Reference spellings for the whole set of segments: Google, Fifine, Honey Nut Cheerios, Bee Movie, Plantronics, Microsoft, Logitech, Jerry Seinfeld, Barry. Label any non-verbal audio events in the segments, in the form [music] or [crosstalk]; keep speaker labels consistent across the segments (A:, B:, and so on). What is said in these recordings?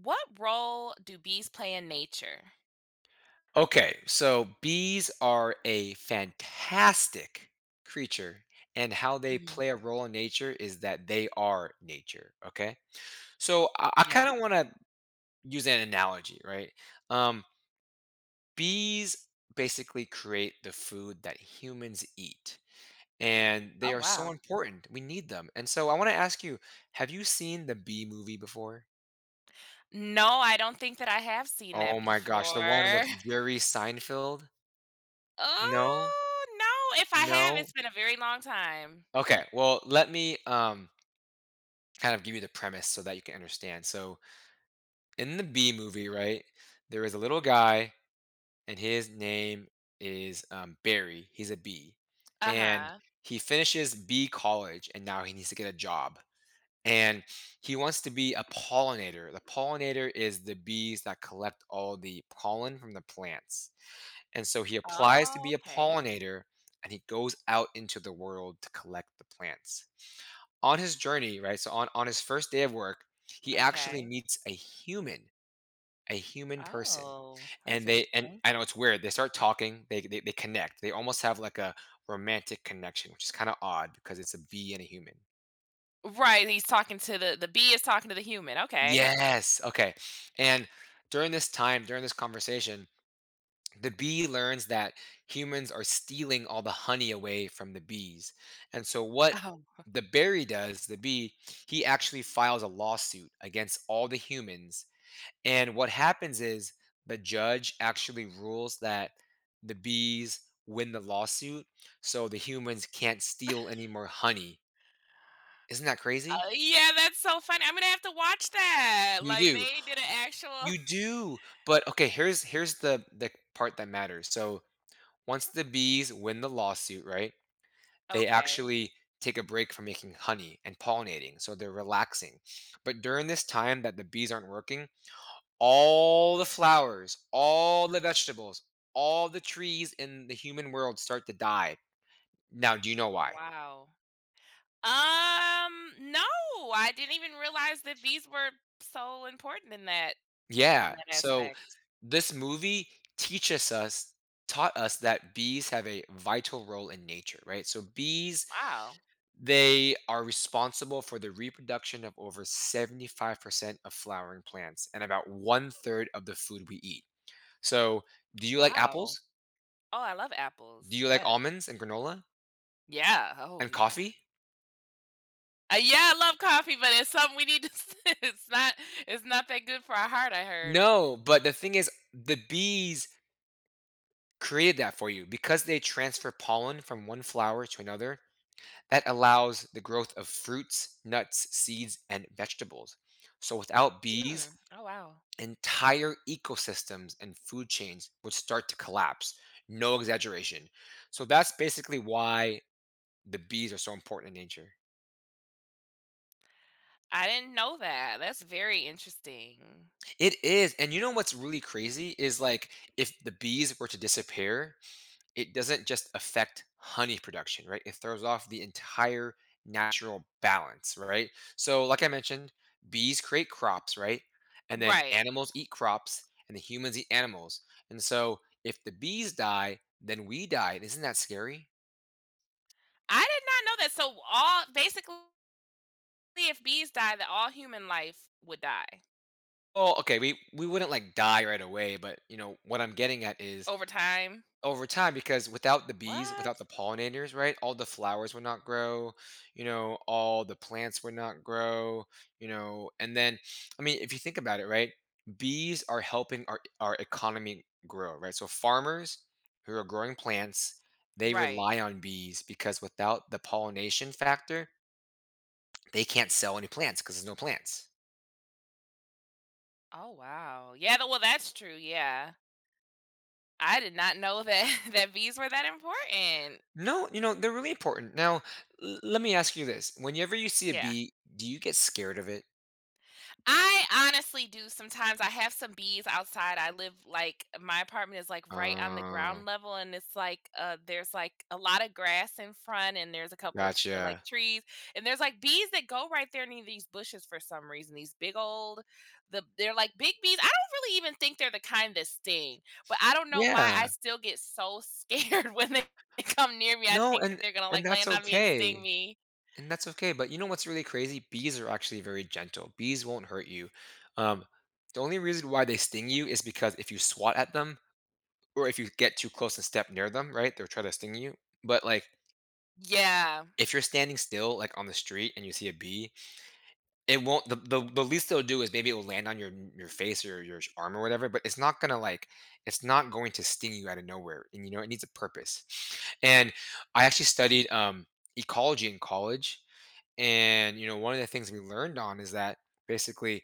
A: What role do bees play in nature?
B: Okay, so bees are a fantastic creature, and how they
A: Mhm.
B: play a role in nature is that they are nature. Okay, so I kind
A: Yes.
B: of want to use an analogy, right? Um, Bees basically create the food that humans eat, and they
A: Oh,
B: are so
A: wow.
B: important. We need them, and so I want to ask you: have you seen the Bee movie before?
A: No, I don't think that I have seen
B: Oh
A: that
B: my gosh, the
A: before.
B: one
A: [laughs]
B: with Jerry Seinfeld? No,
A: Oh, no, if I have,
B: no.
A: it's been a very long time.
B: Okay, well, let me kind of give you the premise so that you can understand. So, in the B movie, right, there is a little guy, and his name is Barry. He's a bee, and
A: Uh-huh.
B: he finishes bee college, and now he needs to get a job. And he wants to be a pollinator. The pollinator is the bees that collect all the pollen from the plants. And so he applies to
A: Oh,
B: be a
A: okay.
B: pollinator, and he goes out into the world to collect the plants on his journey, right? So on his first day of work, he actually
A: Okay.
B: meets a human person.
A: Oh, that's
B: And they and
A: interesting.
B: I know it's weird. They start talking, they connect. They almost have like a romantic connection, which is kind of odd because it's a bee and a human.
A: Right, he's talking to the bee is talking to the human, okay.
B: Yes. Okay. And during this time, during this conversation, the bee learns that humans are stealing all the honey away from the bees. And so what
A: Oh.
B: the berry does, the bee, he actually files a lawsuit against all the humans. And what happens is the judge actually rules that the bees win the lawsuit, so the humans can't steal any more honey. Isn't that crazy?
A: Oh, yeah, that's so funny, I'm gonna have to watch that,
B: You
A: like,
B: do.
A: they did an actual [laughs]
B: You do. But okay, here's the part that matters. So once the bees win the lawsuit, right? They
A: Okay.
B: actually take a break from making honey and pollinating. So they're relaxing. But during this time that the bees aren't working, all the flowers, all the vegetables, all the trees in the human world start to die. Now, do you know why?
A: Wow. No, I didn't even realize that bees were so important in that in
B: Yeah.
A: that
B: So
A: aspect.
B: this movie teaches us taught us that bees have a vital role in nature, right? So bees
A: Wow.
B: they are responsible for the reproduction of over 75% of flowering plants and about one third of the food we eat. So, do you like
A: Wow.
B: apples?
A: Oh, I love
B: Do
A: apples.
B: you like
A: Yes.
B: almonds and granola
A: Yeah.
B: and
A: Oh, yeah.
B: coffee?
A: Yeah, I love coffee, but it's something we need to. [laughs] It's not. It's not that good for our heart, I heard.
B: No, but the thing is, the bees created that for you because they transfer pollen from one flower to another. That allows the growth of fruits, nuts, seeds, and vegetables. So without bees,
A: Hmm. Oh, wow.
B: entire ecosystems and food chains would start to collapse. No exaggeration. So that's basically why the bees are so important in nature.
A: I didn't know that. That's very interesting.
B: It is. And you know what's really crazy is like if the bees were to disappear, it doesn't just affect honey production, right? It throws off the entire natural balance, right? So, like I mentioned, bees create crops, right? And then
A: Right.
B: animals eat crops and the humans eat animals. And so, if the bees die, then we die. Isn't that scary?
A: I did not know that. So all basically, if bees die, that all human life would die
B: Well, okay, we wouldn't like die right away, but you know, what I'm getting at is
A: over time.
B: over time because without the bees, without
A: What?
B: the pollinators, right, all the flowers would not grow, you know, all the plants would not grow, you know, and then, I mean, if you think about it, right, bees are helping our economy grow, right? So farmers who are growing plants, they
A: Right.
B: rely on bees because without the pollination factor, they can't sell any plants because there's no plants.
A: Oh wow. Yeah, th well, that's true, yeah. I did not know that [laughs] that bees were that important.
B: No, you know, they're really important. Now, let me ask you this. Whenever you see a
A: Yeah.
B: bee, do you get scared of it?
A: I honestly do sometimes. I have some bees outside. I live like my apartment is like right on the
B: Uh,
A: ground level, and it's like there's like a lot of grass in front, and there's a couple like
B: Gotcha.
A: trees, and there's like bees that go right there near these bushes for some reason. These big old, they're like big bees. I don't really even think they're the kind that sting, but I don't know why
B: Yeah.
A: I still get so scared [laughs] when they come near me. I
B: No,
A: think they're gonna
B: and
A: like
B: that's
A: land on me and sting
B: okay,
A: me.
B: and that's okay, but you know what's really crazy? Bees are actually very gentle. Bees won't hurt you. Um, the only reason why they sting you is because if you swat at them or if you get too close and step near them, right, they'll try to sting you. But, like,
A: Yeah,
B: if you're standing still, like, on the street and you see a bee, it won't the the least it'll do is maybe it'll land on your face or your arm or whatever, but it's not gonna, like it's not going to sting you out of nowhere, and, you know, it needs a purpose, and I actually studied, ecology in college, and, you know, one of the things we learned on is that basically,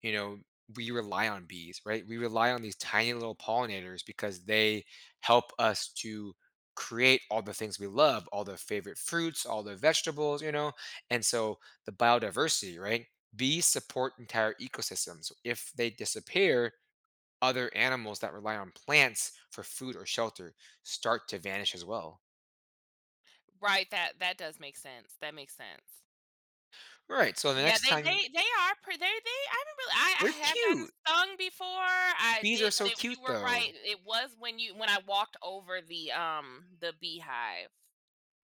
B: you know, we rely on bees, right? We rely on these tiny little pollinators because they help us to create all the things we love, all the favorite fruits, all the vegetables, you know? And so the biodiversity, right? Bees support entire ecosystems. If they disappear, other animals that rely on plants for food or shelter start to vanish as well.
A: right. That that does make sense. That makes sense.
B: Right. So the
A: Yeah,
B: next time
A: they are pre they I remember I
B: they're
A: I have gotten
B: cute.
A: stung before, I
B: Bees are
A: did but
B: so
A: it you
B: cute
A: were right,
B: though.
A: it was when I walked over the beehive,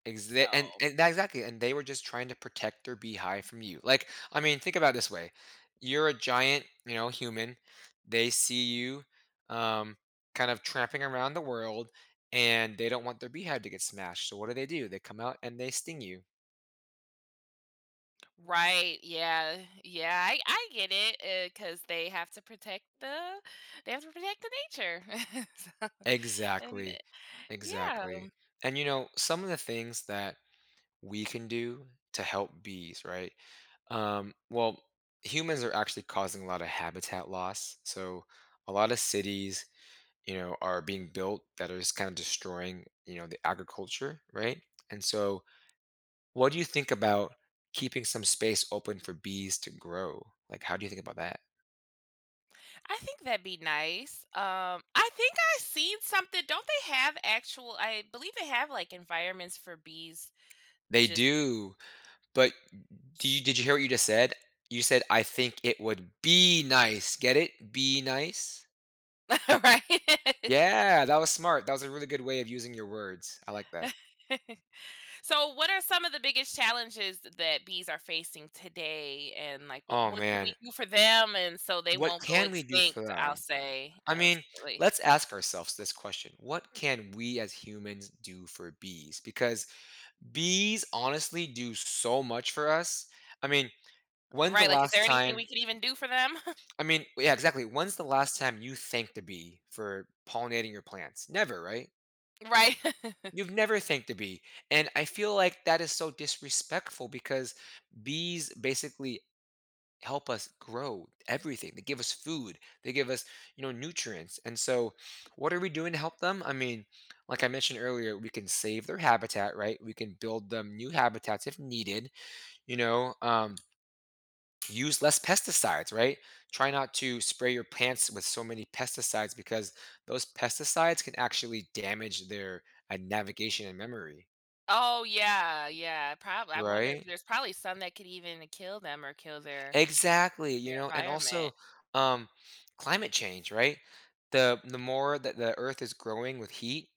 B: Exa
A: so
B: and that exactly, and they were just trying to protect their beehive from you. Like, I mean, think about it this way. You're a giant, you know, human. They see you, um, kind of tramping around the world, and they don't want their beehive to get smashed. So what do? They come out and they sting you.
A: Right, yeah, yeah, I get it, because they have to protect they have to protect the nature, [laughs] so and
B: Exactly.
A: yeah,
B: Exactly. And, you know, some of the things that we can do to help bees, right? Well, humans are actually causing a lot of habitat loss. So a lot of cities you know, are being built that are just kind of destroying, you know, the agriculture, right? And so, what do you think about keeping some space open for bees to grow? Like, how do you think about that?
A: I think that'd be nice, I think I seen something don't they have actual I believe they have, like, environments for bees
B: They
A: just
B: do, but do you did you hear what you just said? You said I think it would be nice. Get it? Be nice.
A: [laughs] right?
B: Yeah, that was smart. That was a really good way of using your words. I like that.
A: [laughs] So, what are some of the biggest challenges that bees are facing today, and like
B: Oh
A: what can we
B: man,
A: do for them, and so they
B: what
A: won't go
B: can we do
A: extinct?
B: for
A: I'll
B: them?
A: say,
B: I
A: oh,
B: mean,
A: silly.
B: let's ask ourselves this question. What can we as humans do for bees? Because bees honestly do so much for us. I mean, when's the
A: Right? Like, is
B: last
A: there anything
B: time?
A: we could even do for them?
B: I mean, yeah, exactly. When's the last time you thanked a bee for pollinating your plants? Never, right?
A: [laughs] Right? [laughs]
B: You've never thanked a bee. And I feel like that is so disrespectful because bees basically help us grow everything. They give us food, they give us, you know, nutrients. And so, what are we doing to help them? I mean, like I mentioned earlier, we can save their habitat, right? We can build them new habitats if needed, you know, use less pesticides, right? Try not to spray your plants with so many pesticides because those pesticides can actually damage their navigation and memory,
A: Oh yeah, yeah. Probably. I wonder if
B: right?
A: there's probably some that could even kill them or kill
B: Exactly, you
A: their
B: know, and also,
A: environment.
B: um, climate change, right? The more that the earth is growing with heat,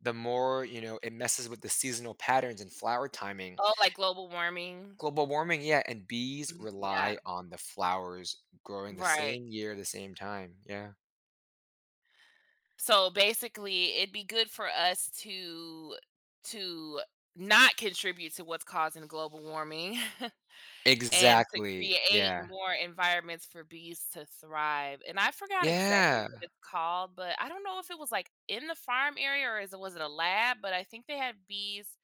B: the more, you know, it messes with the seasonal patterns and flower timing.
A: Oh, like global warming.
B: Global warming, yeah, and bees
A: Mm, yeah.
B: rely on the flowers growing the
A: Right.
B: same year, the same time. Yeah.
A: So basically, it'd be good for us to not contribute to what's causing global warming [laughs] and to
B: Exactly.
A: create
B: Yeah.
A: more environments for bees to thrive. And I forgot exactly
B: Yeah.
A: what it's called, but I don't know if it was like in the farm area or is it was it a lab, but I think they had bees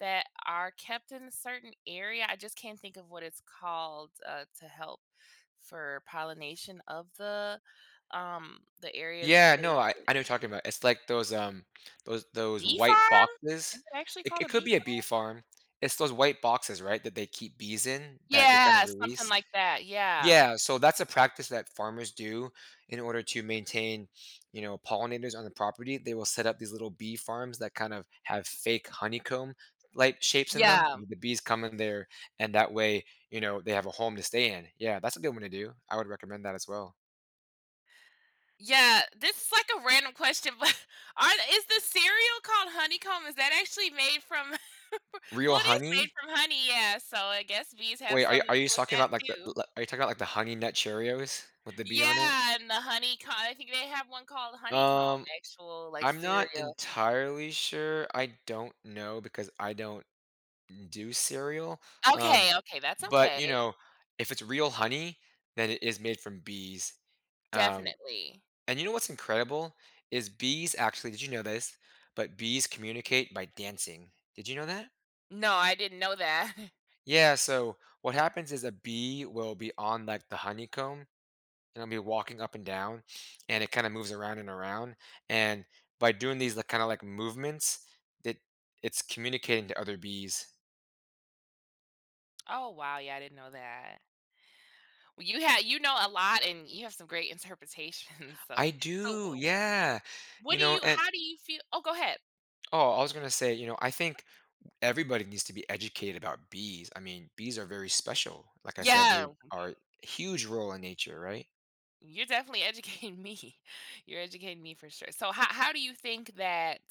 A: that are kept in a certain area. I just can't think of what it's called to help for pollination of the areas where
B: Yeah, no,
A: they
B: I know what you're talking about. It's like those
A: Bee
B: white
A: farm?
B: boxes.
A: Is it actually
B: It
A: called
B: it
A: a
B: could
A: bee
B: be a bee
A: farm?
B: farm. It's those white boxes, right, that they keep bees in that they kind of
A: Yeah, something
B: release.
A: like that, yeah.
B: Yeah, so that's a practice that farmers do in order to maintain, you know, pollinators on the property. They will set up these little bee farms that kind of have fake honeycomb like shapes in them.
A: Yeah.
B: The bees come in there and that way, you know, they have a home to stay in. Yeah, that's a good one to do. I would recommend that as well.
A: Yeah, this is like a random question, but [laughs] are is the cereal called honeycomb? Is that actually made from [laughs] well,
B: Real
A: it is made
B: honey?
A: from honey, yeah, so I guess bees have
B: Wait, are you
A: something to do with
B: talking
A: that
B: about, like, the l
A: too.
B: are you talking about, like, the Honey Nut Cheerios with the bee on it?
A: Yeah, and the honeycomb I think they have one called honeycomb,
B: Um,
A: actual, like,
B: I'm not
A: cereal.
B: entirely sure, I don't know because I don't do cereal, um,
A: Okay, okay, that's
B: but,
A: okay.
B: you know, if it's real honey, then it is made from bees, um,
A: Definitely.
B: and you know what's incredible is bees actually did you know this? But bees communicate by dancing. Did you know that?
A: No, I didn't know that. [laughs]
B: Yeah, so what happens is a bee will be on, like, the honeycomb and I'll be walking up and down, and it kind of moves around and around. And by doing these like kind of like movements, that it's communicating to other bees.
A: Oh, wow, yeah, I didn't know that. You have you know a lot and you have some great interpretations, [laughs] so
B: I
A: like so
B: do,
A: wh
B: yeah. You
A: what do
B: know,
A: you
B: and
A: how do you feel Oh, go ahead.
B: oh, I was gonna say, you know, I think everybody needs to be educated about bees. I mean, bees are very special. Like I said,
A: Yeah,
B: they are a huge role in nature, right?
A: you're definitely educating me. [laughs] You're educating me for sure. So how do you think that,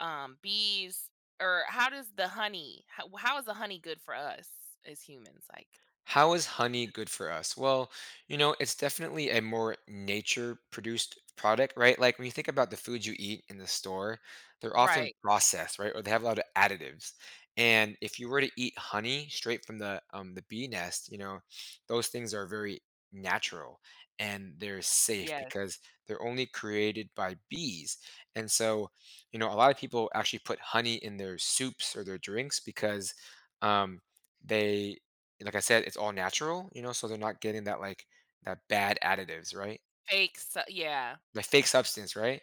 A: bees or how does the honey how is the honey good for us as humans? Like
B: How is honey good for us? Well, you know, it's definitely a more nature produced product, right? Like when you think about the foods you eat in the store, they're often
A: Right.
B: processed, right? Or they have a lot of additives. And if you were to eat honey straight from the bee nest, you know, those things are very natural and they're safe
A: Yes.
B: because they're only created by bees. And so, you know, a lot of people actually put honey in their soups or their drinks because um, they like I said, it's all natural, you know, so they're not getting that like that bad additives, right?
A: Fake so yeah.
B: The fake substance, right?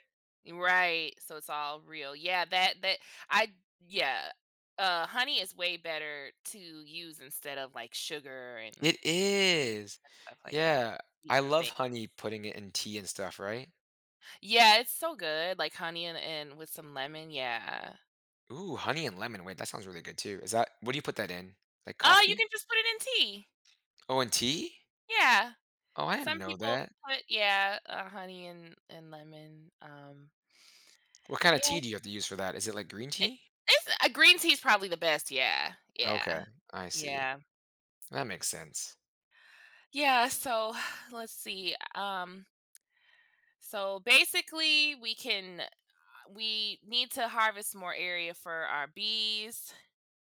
A: Right. So it's all real. Yeah, that that I yeah. Honey is way better to use instead of like sugar and
B: It is.
A: stuff like that.
B: Yeah. I
A: Sweeten
B: love
A: thing.
B: honey putting it in tea and stuff, right?
A: Yeah, it's so good. Like honey and with some lemon. Yeah.
B: Ooh, honey and lemon. Wait, that sounds really good too. Is that what do you put that in? Like
A: Oh, you
B: coffee?
A: can just put it in tea.
B: Oh, and tea?
A: Yeah.
B: Oh, I didn't
A: Some
B: know
A: people
B: that.
A: put yeah, honey and lemon.
B: What kind of tea
A: Yeah,
B: do you have to use for that? Is it like green
A: it,
B: tea?
A: it's a green tea's probably the best. Yeah. Yeah.
B: Okay, I see.
A: Yeah.
B: That makes sense.
A: Yeah, so [sighs] let's see. So basically, we can we need to harvest more area for our bees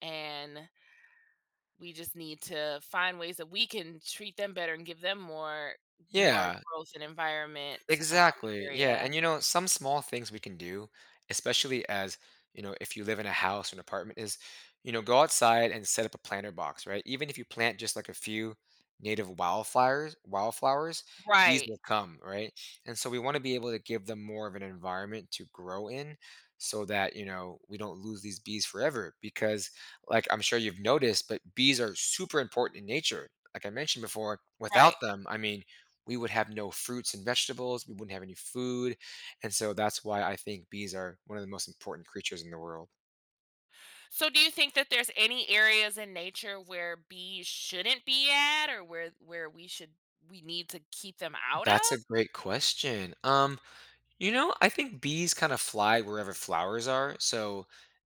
A: and we just need to find ways that we can treat them better and give them more more
B: Yeah.
A: growth and environment um,
B: Exactly. Yeah.
A: area.
B: And you know, some small things we can do, especially as, you know, if you live in a house or an apartment, is, you know, go outside and set up a planter box, right? Even if you plant just like a few native wildflowers, wildflowers, bees
A: Right.
B: will come, right? And so we want to be able to give them more of an environment to grow in so that, you know, we don't lose these bees forever. Because, like I'm sure you've noticed, but bees are super important in nature. Like I mentioned before,
A: Right.
B: without them, I mean, we would have no fruits and vegetables. We wouldn't have any food. And so that's why I think bees are one of the most important creatures in the world.
A: So do you think that there's any areas in nature where bees shouldn't be at or where we should we need to keep them out
B: That's a
A: of?
B: great question. You know, I think bees kind of fly wherever flowers are. So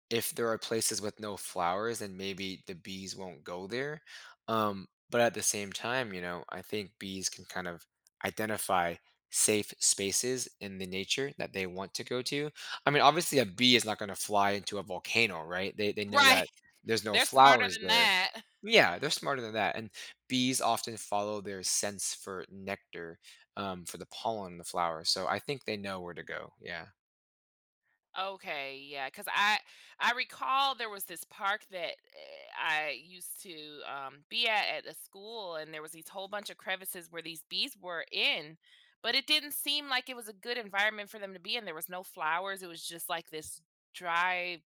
B: if there are places with no flowers, then maybe the bees won't go there. But at the same time, you know, I think bees can kind of identify safe spaces in the nature that they want to go to. I mean, obviously, a bee is not going to fly into a volcano, right? They know
A: Right.
B: that there's
A: [laughs]
B: no
A: They're smarter
B: flowers
A: than
B: there.
A: that.
B: Yeah, they're smarter than that. And bees often follow their sense for nectar, for the pollen in the flowers. So I think they know where to go. Yeah.
A: Okay, yeah, because I recall there was this park that I used to be at a school, and there was these whole bunch of crevices where these bees were in, but it didn't seem like it was a good environment for them to be in. There was no flowers; it was just like this dry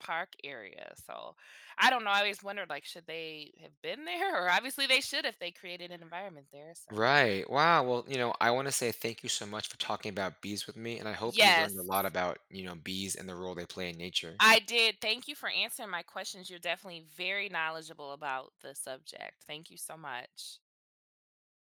A: park area. So I don't know. I always wondered, like, should they have been there? [laughs] Or obviously they should if they created an environment there. So
B: Right. Wow. Well, you know, I want to say thank you so much for talking about bees with me, and I hope you learned a
A: yes,
B: lot about, you know, bees and the role they play in nature.
A: I did. Thank you for answering my questions. You're definitely very knowledgeable about the subject. Thank you so much.